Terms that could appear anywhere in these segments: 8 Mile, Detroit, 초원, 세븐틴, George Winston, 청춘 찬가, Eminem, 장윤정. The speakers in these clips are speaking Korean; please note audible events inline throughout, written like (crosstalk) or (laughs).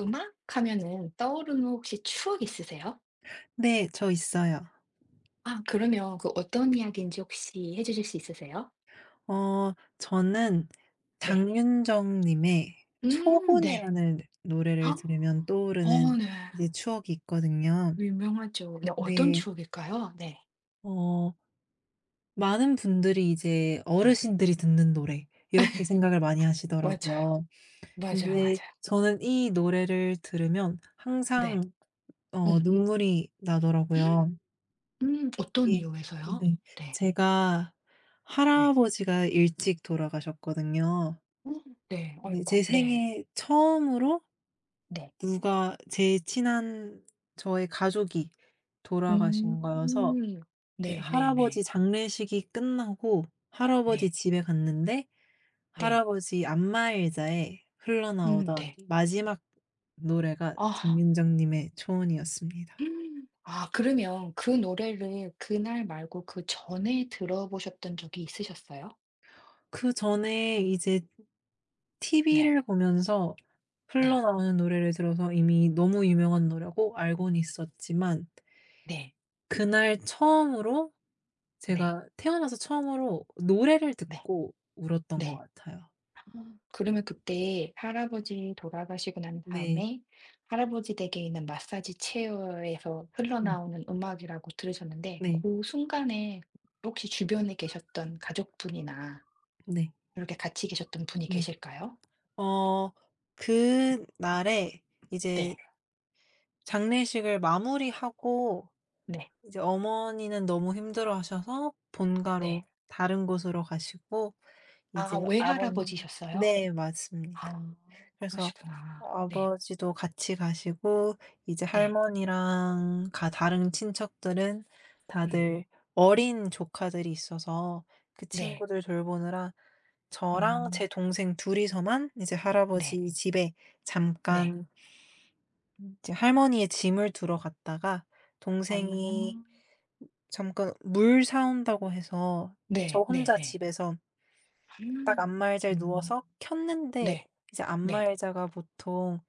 음악 하면은 떠오르는 혹시 추억 있으세요? 네. 저 있어요. 아 그러면 그 어떤 이야기인지 혹시 해 주실 수 있으세요? 어 저는 네. 장윤정 님의 네. 초혼이라는 아, 노래를 들으면 어 떠오르는 네. 이제 추억이 있거든요. 유명하죠. 네, 어떤 네. 추억일까요? 네. 어 많은 분들이 이제 네. 어르신들이 듣는 노래 이렇게 생각을 많이 맞아요. 하시더라고요. 맞아요, 근데 맞아요. 저는 이 노래를 들으면 네. 항상 음. 눈물이 나더라고요. 어떤 이 이유에서요? 네. 네. 제가 네. 할아버지가 일찍 돌아가셨거든요. 음 네. 어이 네. 쿠 제 네. 생에 처음으로 네. 누가 제일 친한 저의 가족이 돌아가신 거여서 음. 네, 네네네. 네. 할아버지 장례식이 끝나고 할아버지 네. 집에 갔는데 네, 네. 할아버지 안마의자에 흘러나오던 네. 마지막 노래가 아. 장윤정 님의 "초원이었습니다." 음. 아 그러면 그 노래를 그날 말고 그전에 들어보셨던 적이 있으셨어요? 그전에 이제 네. TV를 보면서 네. 흘러나오는 노래를 들어서 이미 너무 유명한 노래고 알고는 있었지만 네. 그날 처음으로 네. 제가 태어나서 처음으로 노래를 네. 듣고 울었던 것 네. 같아요. 아. 그러면 그때 할아버지 돌아가시고 난 네. 다음에 할아버지 댁에 있는 마사지 체어에서 음. 흘러나오는 음악이라고 들으셨는데 네. 그 순간에 혹시 주변에 계셨던 가족분이나 네. 이렇게 같이 계셨던 분이 네. 계실까요? 어 그날에 이제 네. 장례식을 마무리하고 네. 이제 어머니는 너무 힘들어하셔서 본가로 네. 다른 곳으로 가시고 아 이제 아버님. 외할아버지셨어요? 네, 맞습니다. 아 그래서 그러시구나. 네. 아버지도 같이 가시고 이제 네. 할머니랑 가 다른 친척들은 음. 다들 어린 조카들이 있어서 그 네. 친구들 돌보느라 저랑 제 음. 동생 둘이서만 이제 네. 할아버지 집에 네. 잠깐 이제 할머니의 짐을 두러 갔다가 동생이 아. 잠깐 물 사 온다고 해서 저 네. 네 혼자 네. 집에서 딱 음. 안마의자에 음, 누워서 켰는데, 네. 이제 네. 안마의자가 보통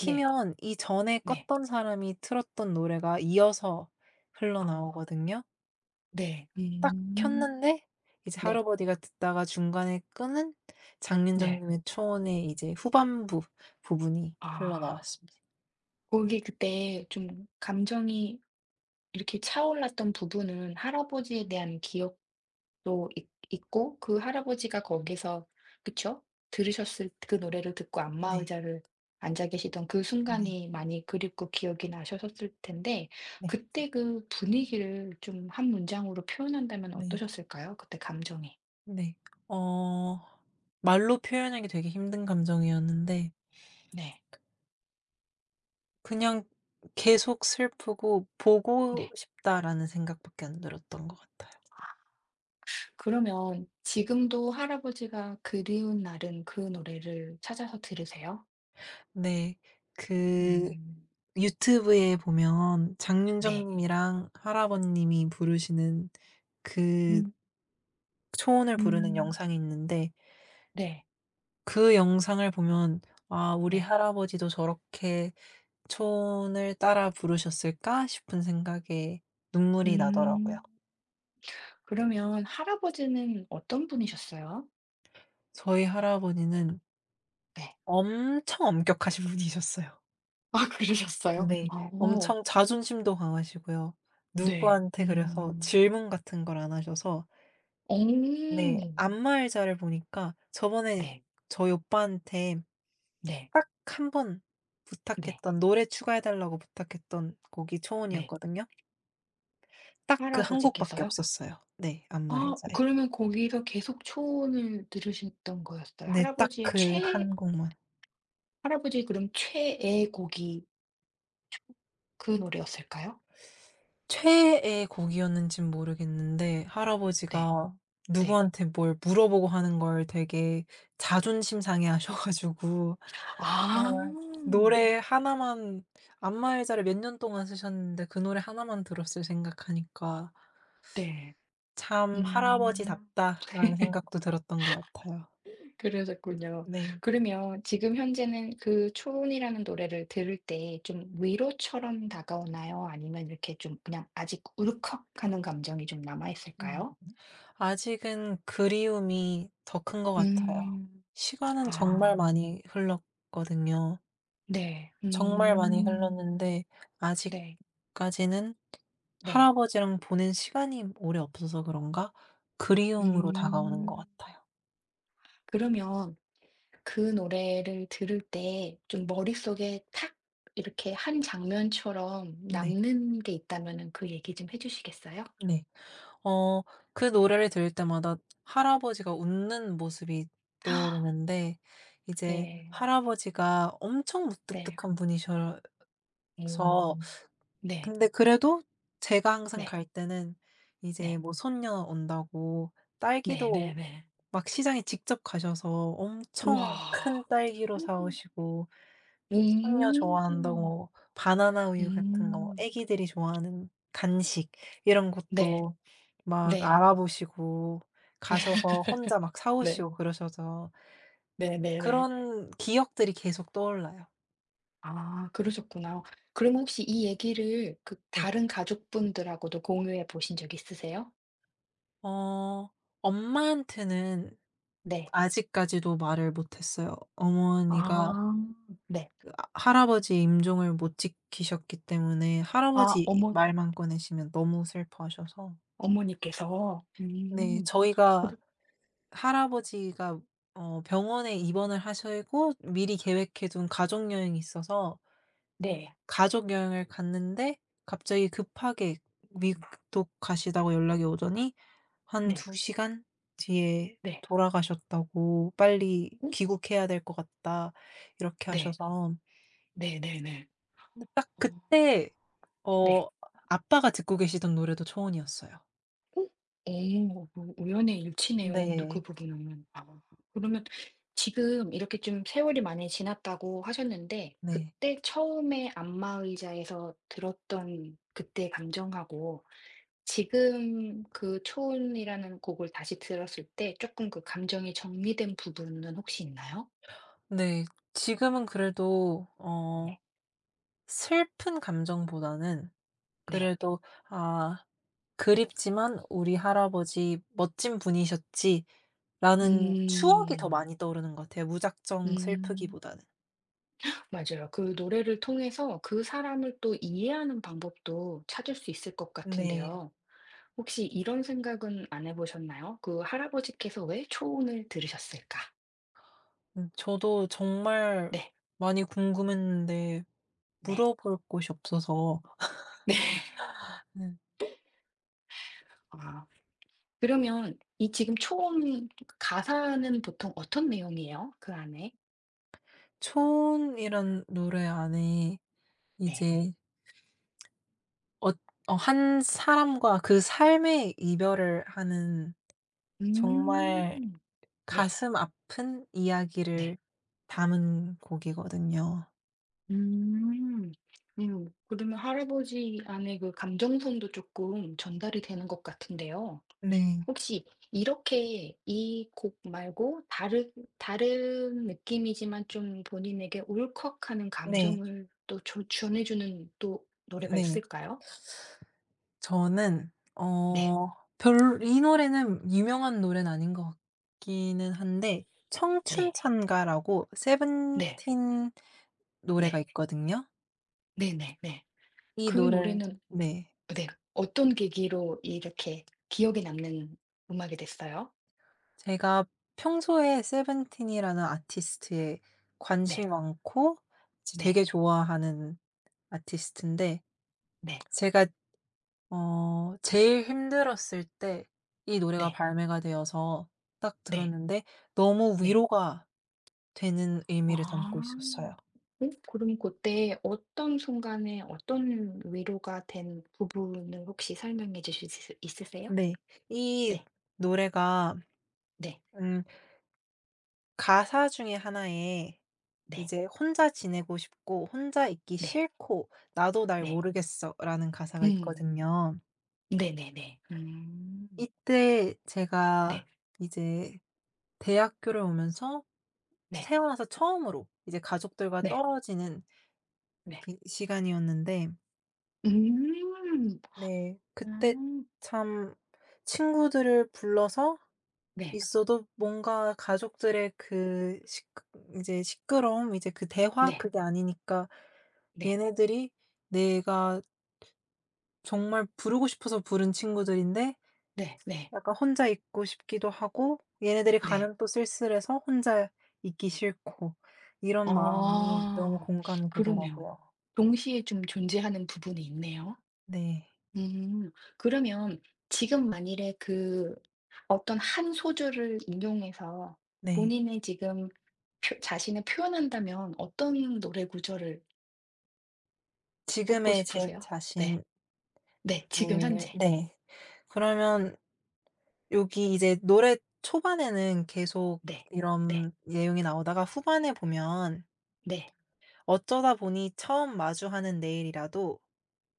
네. 이전에 네. 껐던 사람이 틀었던 노래가 이어서 아. 흘러나오거든요. 네. 딱 음. 켰는데 이제 네. 할아버지가 듣다가 중간에 끄는 네. 장윤정님의 초원의 이제 후반부 부분이 아. 흘러나왔습니다. 거기 그때 좀 감정이 이렇게 차올랐던 부분은 할아버지에 대한 기억 또 있 있고 그 할아버지가 거기서 그쵸? 들으셨을 그 노래를 듣고 안마 네. 의자를 앉아 계시던 그 네. 순간이 많이 그립고 기억이 나셨을 텐데 네. 그때 그 분위기를 좀 한 문장으로 표현한다면 네. 어떠셨을까요? 그때 감정이. 네. 어 말로 표현하기 되게 힘든 감정이었는데 네. 그냥 계속 슬프고 '보고 네. 싶다.'라는 생각밖에 안 들었던 것 같아요. 그러면 지금도 할아버지가 그리운 날은 그 노래를 찾아서 들으세요? 네. 그 음. 유튜브에 보면 네. 장윤정 님이랑 할아버 님이 부르시는 그 음. 초원을 부르는 음. 영상이 있는데 네. 그 영상을 보면 '아 우리 네. 할아버지도 저렇게 초원을 따라 부르셨을까?' 싶은 생각에 눈물이 나더라고요. 음. 그러면 할아버지는 어떤 분이셨어요? 저희 할아버지는 네. 엄청 엄격하신 분이셨어요. (laughs) 아 그러셨어요? 근데 어. 엄청 자존심도 강하시고요. 네. 누구한테 그래서 음. 질문 같은 걸 안 하셔서. 어. 네. 안마의자를 보니까 저번에 네. 저희 오빠한테 네. 딱 한 번 네. 부탁했던 노래, 추가해 달라고 부탁했던 곡이 네. 초원이었거든요. 딱 그 한 곡밖에 할아버지께서요? 없었어요. 네. 아 안마의자에. 그러면 거기서 계속 초원을 들으셨던 거였어요? 네. 딱 할아버지의 그 최애, 한 곡만. 할아버지 그럼 최애 곡이 그 노래였을까요? 최애의 곡이었는진 모르겠는데 네. 할아버지가 네. 누구한테 뭘 물어보고 하는 걸 되게 자존심 상해 하셔 가지고, 아 아. 노래 하나만, 안마의 자를 몇 년 동안 쓰셨는데 그 노래 하나만 들었을 생각하니까 네. '참 음. 할아버지답다.'라는 생각도 들었던 것 같아요. 그러셨군요. 네. 그러면 지금 현재는 그 초혼이라는 노래를 들을 때 좀 위로처럼 다가오나요? 아니면 이렇게 좀 그냥 아직 울컥하는 감정이 좀 남아 음. 있을까요? 아직은 그리움이 더 큰 것 같아요. 음. 시간은 정말 아. 많이 흘렀거든요. 네. 정말 많이 음. 흘렀는데 네. 아직까지는 네. 할아버지랑 보낸 시간이 오래 없어서 그런가 그리움으로 다가오는 것 음. 같아요. 그러면 그 노래를 들을 때 좀 머릿속에 탁, 이렇게 한 장면처럼 네. 남는 게 있다면은 그 얘기 좀 해 주시겠어요? 네. 어 그 노래를 들을 때마다 할아버지가 웃는 모습이 떠오르는데, 이제 네. 할아버지가 엄청 네. 무뚝뚝한 분이셔서. 오. 음. 네. 근데 그래도 제가 항상 네. 갈 때는 이제 네. 뭐 손녀 온다고 딸기도 네네네. 막 시장에 직접 가셔서 우와. 엄청 큰 딸기로 사 오시고, 손녀 음. 좋아한다고 바나나 우유 같은 거, 뭐 음. 애기들이 좋아하는 간식 이런 네. 것도 막 네. 알아보시고 가셔서 혼자 막 사 네. 오시고 그러셔서, 네네네. 그런 기억들이 계속 떠올라요. 아 그러셨구나. 그러면 혹시 이 얘기를 그 네. 다른 가족분들하고도 공유해 보신 적 있으세요? 어 엄마한테는 네. 아직까지도 말을 못 했어요. 어머니가, 아 네. 아 할아버지의 임종을 못 지키셨기 때문에 아 할아버지 어머, 말만 꺼내시면 너무 슬퍼하셔서. 어머니께서. 네, 음. 저희가 그러 할아버지가 병원에 입원을 하시고 미리 계획해 둔 가족 여행이 있어서 네. 가족 여행을 갔는데 갑자기 급하게 미국 가시다고 연락이 오더니, 한 네. 두 시간 뒤에 네. 돌아가셨다고 "빨리 귀국해야 될 것 같다." 이렇게 네. 하셔서. 네네네. 근데 딱 어. 그때 네. 어 아빠가 듣고 계시던 노래도 초원이었어요. 오, 뭐 우연의 일치네요 또 그 네. 음. 부분은. 아 그러면 지금 이렇게 좀 세월이 많이 지났다고 하셨는데 네. 그때 처음에 안마의자에서 들었던 그때 감정하고 지금 그 초원이라는 곡을 다시 들었을 때 조금 그 감정이 정리된 부분은 혹시 있나요? 네. 지금은 그래도 네. 슬픈 감정보다는 네. 그래도 '아 그립지만 우리 할아버지 멋진 분이셨지.'라는 추억이 더 음. 많이 떠오르는 것 같아요, 무작정 음. 슬프기보다는. 맞아요. 그 노래를 통해서 그 사람을 또 이해하는 방법도 찾을 수 있을 것 네. 같은데요. 혹시 이런 생각은 안 해 보셨나요? 그 할아버지께서 왜 초혼을 들으셨을까? 저도 정말 네. 많이 궁금했는데 네. 물어볼 곳이 없어서. 네. (laughs) 음. 아 그러면 이 지금 초혼 가사는 보통 어떤 내용이에요? 그 안에? 초혼이란 노래 안에 네. 이제 한 사람과 그 삶의 이별을 하는 정말 음. 네. 가슴 아픈 이야기를 네. 담은 곡이거든요. 음. 음. 그러면 할아버지 안에 그 감정선도 조금 전달이 되는 것 같은데요. 네. 혹시 이렇게 이 곡 말고 다른, 다른 느낌이지만 좀 본인에게 울컥하는 네. 감정을 또 조 전해 주는 또 노래가 네. 있을까요? 저는 네. 어 별 이 노래는 유명한 노래는 아닌 것 같기는 한데, 청춘 네. 찬가라고 네. 세븐틴 노래가 네. 있거든요. 네네 네. 네. 이 그 노래를. 노래는 네. 네. 어떤 계기로 이렇게 기억에 남는 음악이 됐어요? 제가 평소에 세븐틴이라는 아티스트에 네. 관심이 많고 이제 네. 되게 좋아하는 아티스트인데, 네. 제가 제일 힘들었을 때 이 노래가 네. 발매가 되어서 딱 네. 들었는데 너무 네. 위로가 되는 의미를 아. 담고 있었어요. 어 그럼 그때 어떤 순간에 어떤 위로가 된 부분을 혹시 설명해 주실 수 있으세요? 네. 이 네. 노래가 네. 음 가사 중에 하나에 네. 이제 "혼자 지내고 싶고 혼자 있기 네. 싫고 나도 날 네. 모르겠어."라는 가사가 음. 있거든요. 네네네. 음. 이때 제가 네. 이제 대학교를 오면서 네. 태어나서 처음으로 이제 가족들과 네. 떨어지는 네. 이렇게 시간이었는데, 음. 네. 그때 아. 참 친구들을 불러서 네. 있어도 뭔가 가족들의 그 시끄 제 시끄러움, 이제 그 대화 네. 그게 아니니까 네. 얘네들이, 내가 정말 부르고 싶어서 부른 친구들인데 네. 네. 약간 혼자 있고 싶기도 하고, 얘네들이 네. 가면 또 쓸쓸해서 혼자 있기 싫고, 이런 마음이 너무 아. 공감이 그러네요. 되더라고요. 동시에 좀 존재하는 부분이 있네요. 네. 음. 그러면 지금 만일에 그 어떤 한 소절을 인용해서 네. 본인의 지금 표 자신을 표현한다면 어떤 노래 구절을 뽑고 지금의 제 싶으세요? 네. 자신을. 네. 지금 현재. 네. 그러면 여기 이제 노래 초반에는 계속 네. 네. 이런 내용이 나오다가 후반에 보면 네. "어쩌다 보니 처음 마주하는 내일이라도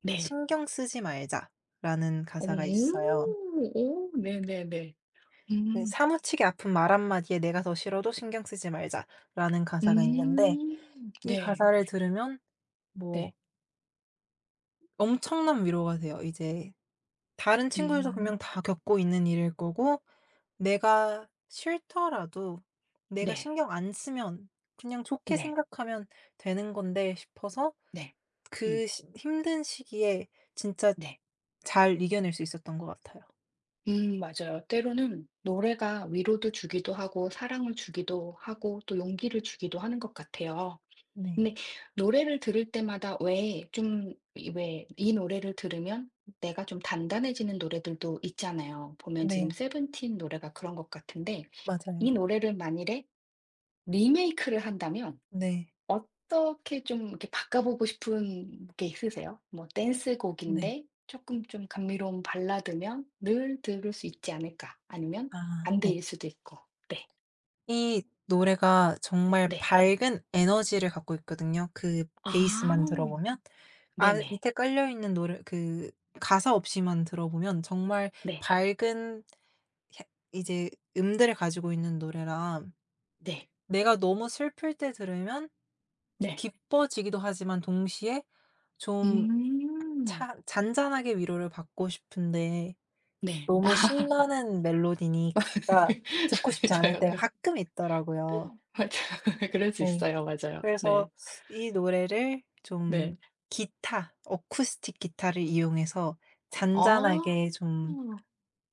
네. 신경 쓰지 말자."라는 가사가 오. 있어요. 오. 네네네. 네, 음. "사무치게 아픈 말 한마디에 내가 더 싫어도 신경 쓰지 말자."라는 가사가 있는데, 음. 이 네. 가사를 들으면 뭐 네. 엄청난 위로가 돼요. 이제 다른 친구들도 분명 음. 다 겪고 있는 일일 거고 내가 싫더라도 내가 네. 신경 안 쓰면, 그냥 좋게 네. 생각하면 되는 건데 싶어서, 네. 음. 그 시 힘든 시기에 진짜 네. 잘 이겨낼 수 있었던 것 같아요. 맞아요. 때로는 노래가 위로도 주기도 하고, 사랑을 주기도 하고, 또 용기를 주기도 하는 것 같아요. 네. 근데 노래를 들을 때마다 왜 좀, 왜 이 노래를 들으면 내가 좀 단단해지는 노래들도 있잖아요. 보면 지금 네. 세븐틴 노래가 그런 것 같은데, 이 맞아요. 노래를 만일에 리메이크를 한다면 네. 어떻게 좀 이렇게 바꿔 보고 싶은 게 있으세요? 뭐 네. 댄스곡인데 조금 좀 감미로운 발라드면 늘 들을 수 있지 않을까? 아니면 아, 네. 반대일 수도 있고. 네. 이 노래가 정말 네. 밝은 에너지를 갖고 있거든요, 그 아. 베이스만 들어보면. 아, 네네. 밑에 깔려 있는 노래, 그 가사 없이만 들어보면 정말 네. 밝은 해 이제 음들을 가지고 있는 노래라 네. 내가 너무 슬플 때 들으면 네. 기뻐지기도 하지만, 동시에 좀 음. 차 잔잔하게 위로를 받고 싶은데 네. 너무 (laughs) 신나는 멜로디니까 듣고 싶지 않을 맞아요. 때가 그 가끔 있더라고요. 맞아요. (laughs) 그럴 수 네. 있어요. 맞아요. 그래서 네. 이 노래를 좀 네. 기타, 어쿠스틱 기타를 이용해서 아. 잔잔하게 좀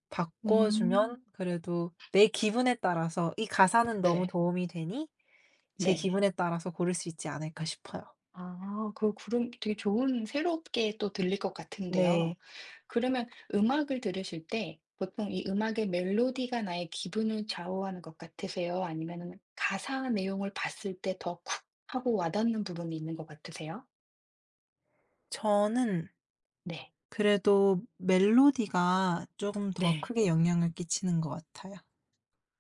바꿔 음. 주면 그래도 내 기분에 따라서 이 가사는 너무 네. 도움이 되니, 제 네. 기분에 따라서 고를 수 있지 않을까 싶어요. 아 그 구름 되게 좋은, 새롭게 또 들릴 것 같은데요. 네. 그러면 음악을 들으실 때 보통 이 음악의 멜로디가 나의 기분을 좌우하는 것 같으세요? 아니면은 가사 내용을 봤을 때 더 쿡 하고 와닿는 부분이 있는 것 같으세요? 저는 네. 그래도 멜로디가 조금 더 네. 크게 영향을 끼치는 것 같아요.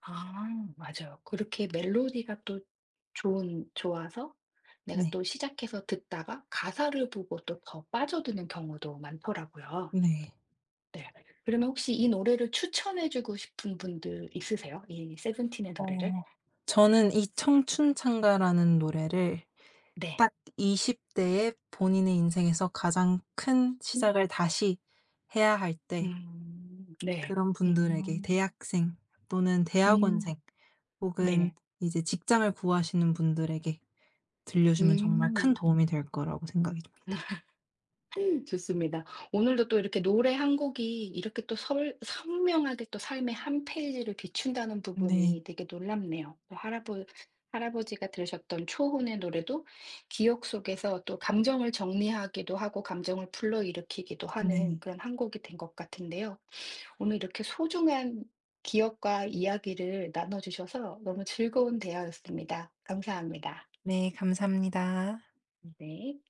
아 맞아요. 그렇게 멜로디가 또 좋은 좋아서 내가 네. 또 시작해서 듣다가 가사를 보고 또 더 빠져드는 경우도 많더라고요. 네. 네. 그러면 혹시 이 노래를 추천해 주고 싶은 분들 있으세요? 이 세븐틴의 노래를? 어 저는 이 청춘 찬가라는 노래를 네. 딱 20 대에 본인의 인생에서 가장 큰 음. 시작을 다시 해야 할때, 음. 네. 그런 분들에게, 음. 대학생 또는 대학원생 음. 혹은 네. 이제 직장을 구하시는 분들에게 들려주면 정말 큰 음. 도움이 될 거라고 생각이 듭니다. 좋습니다. 오늘도 또 이렇게 노래 한 곡이 이렇게 또 설 선명하게 또 삶의 한 페이지를 비춘다는 네. 부분이 되게 놀랍네요. 또 할아버지가 들으셨던 초혼의 노래도 기억 속에서 또 감정을 정리하기도 하고 감정을 불러일으키기도 네. 하는 그런 한 곡이 된 것 같은데요. 오늘 이렇게 소중한 기억과 이야기를 나눠 주셔서 너무 즐거운 대화였습니다. 감사합니다. 네. 감사합니다. 네.